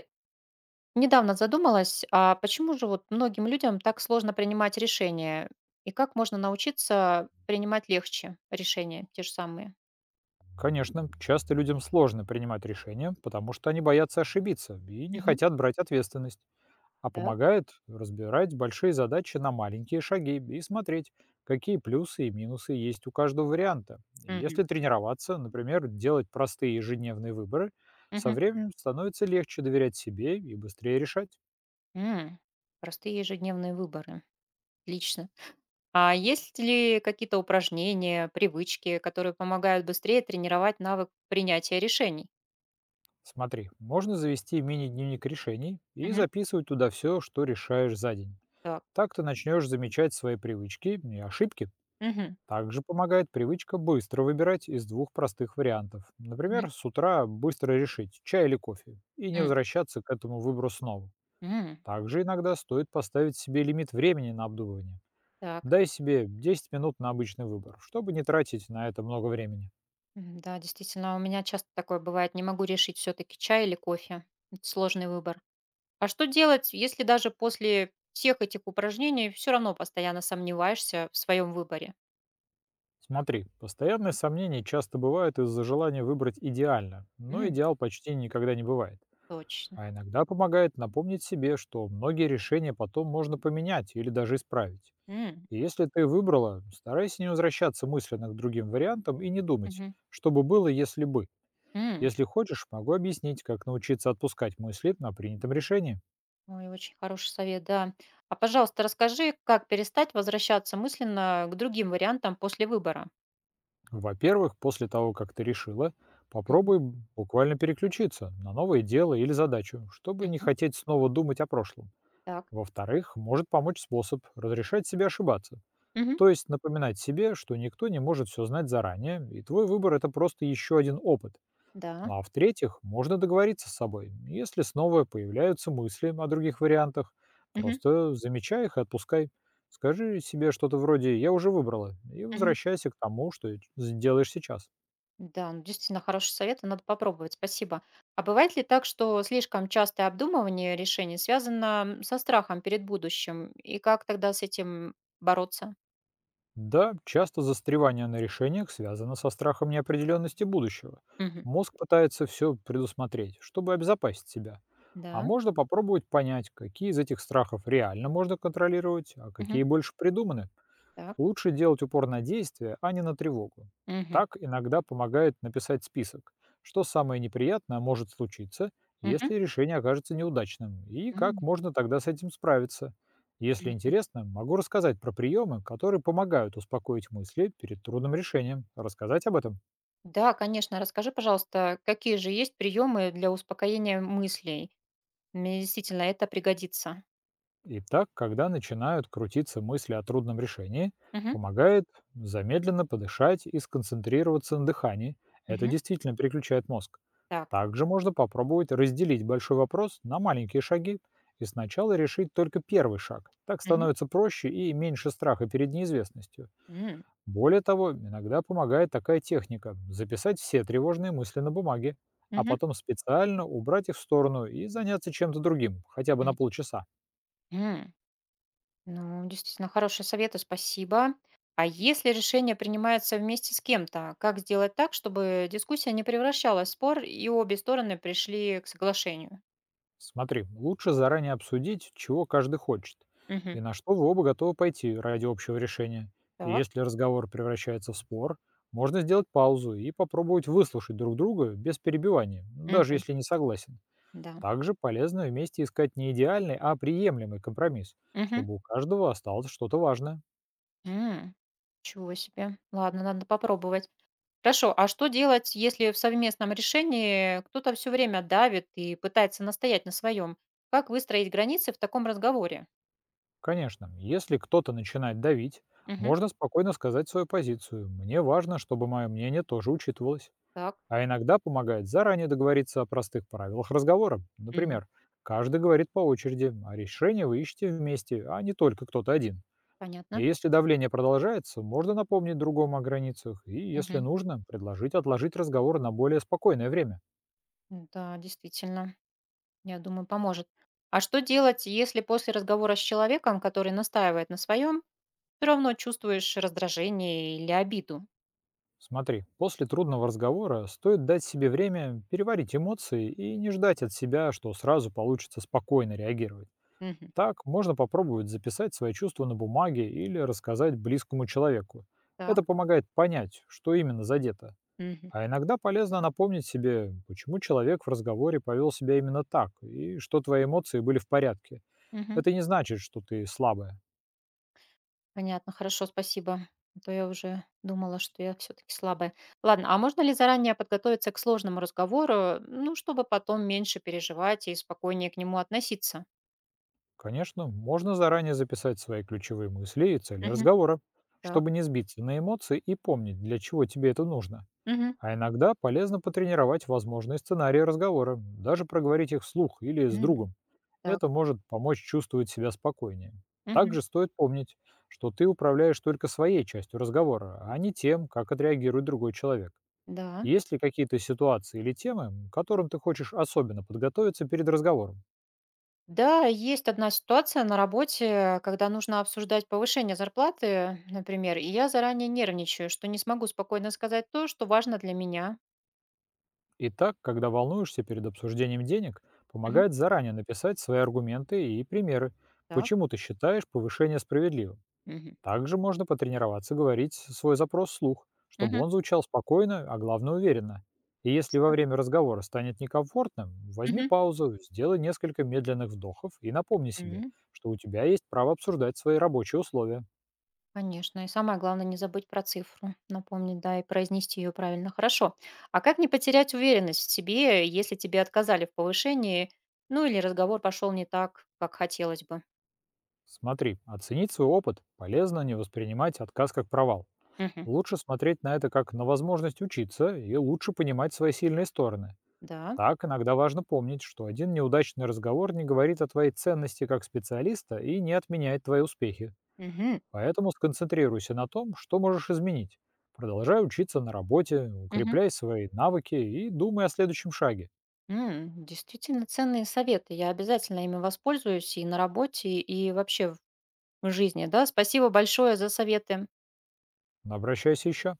Привет. Недавно задумалась, а почему же вот многим людям так сложно принимать решения? И как можно научиться принимать легче решения, те же самые? Конечно, часто людям сложно принимать решения, потому что они боятся ошибиться и не Мгм. хотят брать ответственность. А Так. помогает разбирать большие задачи на маленькие шаги и смотреть, какие плюсы и минусы есть у каждого варианта. И Мгм. если тренироваться, например, делать простые ежедневные выборы, со Мгм. временем становится легче доверять себе и быстрее решать. М, Простые ежедневные выборы. Отлично. А есть ли какие-то упражнения, привычки, которые помогают быстрее тренировать навык принятия решений? Смотри, можно завести мини-дневник решений и Мгм. записывать туда все, что решаешь за день. Так. Так ты начнешь замечать свои привычки и ошибки. Мгм. Также помогает привычка быстро выбирать из двух простых вариантов. Мгм. Например, с утра быстро решить, чай или кофе, и не М, возвращаться к этому выбору снова. м. Также иногда стоит поставить себе лимит времени на обдумывание. Так. Дай себе 10 минут на обычный выбор, чтобы не тратить на это много времени. Мгм. Да, действительно, а у меня часто такое бывает. Не могу решить все-таки чай или кофе. Это сложный выбор. А что делать, если даже после всех этих упражнений все равно постоянно сомневаешься в своем выборе? Смотри, постоянные сомнения часто бывают из-за желания выбрать идеально, но М, идеал почти никогда не бывает. точно. А иногда помогает напомнить себе, что многие решения потом можно поменять или даже исправить. М, И если ты выбрала, старайся не возвращаться мысленно к другим вариантам и не думать, мгм, что бы было, если бы. м. Если хочешь, могу объяснить, как научиться отпускать мысли на принятом решении. Ой, очень хороший совет, да. А, пожалуйста, расскажи, как перестать возвращаться мысленно к другим вариантам после выбора. Во-первых, после того, как ты решила, Мгм, попробуй буквально переключиться на новое дело или задачу, чтобы не мгм. хотеть снова думать о прошлом. Так. Во-вторых, может помочь способ разрешать себе ошибаться. Мгм. То есть напоминать себе, что никто не может все знать заранее, и твой выбор — это просто еще один опыт. Да. Ну а в-третьих, можно договориться с собой. Если снова появляются мысли о других вариантах, Мгм, просто замечай их и отпускай. Скажи себе что-то вроде «я уже выбрала» и мгм. возвращайся к тому, что делаешь сейчас. Да, ну, действительно хороший совет, и надо попробовать. Спасибо. А бывает ли так, что слишком частое обдумывание решений связано со страхом перед будущим? И как тогда с этим бороться? Да, часто застревание на решениях связано со страхом неопределенности будущего. Мгм. Мозг пытается все предусмотреть, чтобы обезопасить себя. А Да. можно попробовать понять, какие из этих страхов реально можно контролировать, а Мгм. какие больше придуманы. Так. Лучше делать упор на действие, а не на тревогу. Мгм. Так иногда помогает написать список, что самое неприятное может случиться, Мгм. если решение окажется неудачным, и как М. можно тогда с этим справиться. Если Мгм. интересно, могу рассказать про приемы, которые помогают успокоить мысли перед трудным решением. Рассказать об этом? Да, конечно. Расскажи, пожалуйста, какие же есть приемы для успокоения мыслей? Мне действительно это пригодится. Итак, когда начинают крутиться мысли о трудном решении, Мгм. помогает замедленно подышать и сконцентрироваться на дыхании. Это Мгм. действительно переключает мозг. Так. Также можно попробовать разделить большой вопрос на маленькие шаги и сначала решить только первый шаг. Так Мгм. становится проще и меньше страха перед неизвестностью. М. Более того, иногда помогает такая техника — записать все тревожные мысли на бумаге, а Мгм. потом специально убрать их в сторону и заняться чем-то другим, хотя бы на М. полчаса. М. Ну, действительно, хорошие советы, спасибо. А если решение принимается вместе с кем-то, как сделать так, чтобы дискуссия не превращалась в спор и обе стороны пришли к соглашению? Смотри, лучше заранее обсудить, чего каждый хочет, Мгм. и на что вы оба готовы пойти ради общего решения. И Так. если разговор превращается в спор, можно сделать паузу и попробовать выслушать друг друга без перебивания, даже Мгм. если не согласен. Да. Также полезно вместе искать не идеальный, а приемлемый компромисс, Мгм. чтобы у каждого осталось что-то важное. М. Чего себе. Ладно, надо попробовать. Хорошо, а что делать, если в совместном решении кто-то все время давит и пытается настоять на своем? Как выстроить границы в таком разговоре? Конечно, если кто-то начинает давить, Мгм. можно спокойно сказать свою позицию. Мне важно, чтобы мое мнение тоже учитывалось. Так. А иногда помогает заранее договориться о простых правилах разговора. Мгм. Например, каждый говорит по очереди, а решение вы ищете вместе, а не только кто-то один. Понятно. И если давление продолжается, можно напомнить другому о границах и, если Мгм. нужно, предложить отложить разговор на более спокойное время. Да, действительно. Я думаю, поможет. А что делать, если после разговора с человеком, который настаивает на своем, все равно чувствуешь раздражение или обиду? Смотри, после трудного разговора стоит дать себе время переварить эмоции и не ждать от себя, что сразу получится спокойно реагировать. Мгм. Так можно попробовать записать свои чувства на бумаге или рассказать близкому человеку. Так. Это помогает понять, что именно задето. Мгм. А иногда полезно напомнить себе, почему человек в разговоре повел себя именно так, и что твои эмоции были в порядке. Мгм. Это не значит, что ты слабая. Понятно, хорошо, спасибо. А то я уже думала, что я все-таки слабая. Ладно, а можно ли заранее подготовиться к сложному разговору, ну, чтобы потом меньше переживать и спокойнее к нему относиться? Конечно, можно заранее записать свои ключевые мысли и цели Мгм. разговора, Так. чтобы не сбиться на эмоции и помнить, для чего тебе это нужно. Мгм. А иногда полезно потренировать возможные сценарии разговора, даже проговорить их вслух или с М, другом. Так. Это может помочь чувствовать себя спокойнее. Мгм. Также стоит помнить, что ты управляешь только своей частью разговора, а не тем, как отреагирует другой человек. Да. Есть ли какие-то ситуации или темы, к которым ты хочешь особенно подготовиться перед разговором? Да, есть одна ситуация на работе, когда нужно обсуждать повышение зарплаты, например, и я заранее нервничаю, что не смогу спокойно сказать то, что важно для меня. И так, когда волнуешься перед обсуждением денег, Мгм. помогает заранее написать свои аргументы и примеры, Так. почему ты считаешь повышение справедливым. Мгм. Также можно потренироваться говорить свой запрос вслух, чтобы Мгм. он звучал спокойно, а главное уверенно. И если во Ясно. время разговора станет некомфортным, возьми Мгм. паузу, сделай несколько медленных вдохов и напомни себе, Мгм. что у тебя есть право обсуждать свои рабочие условия. Конечно. И самое главное не забыть про цифру, напомнить, да, и произнести ее правильно. Хорошо. А как не потерять уверенность в себе, если тебе отказали в повышении, ну или разговор пошел не так, как хотелось бы? Смотри, оценить свой опыт полезно не воспринимать отказ как провал. Мгм. Лучше смотреть на это как на возможность учиться и лучше понимать свои сильные стороны. Да. Так, иногда важно помнить, что один неудачный разговор не говорит о твоей ценности как специалиста и не отменяет твои успехи. Мгм. Поэтому сконцентрируйся на том, что можешь изменить. Продолжай учиться на работе, укрепляй свои навыки и думай о следующем шаге. М, действительно ценные советы. Я обязательно ими воспользуюсь и на работе, и вообще в жизни, да. Спасибо большое за советы. Но обращайся еще.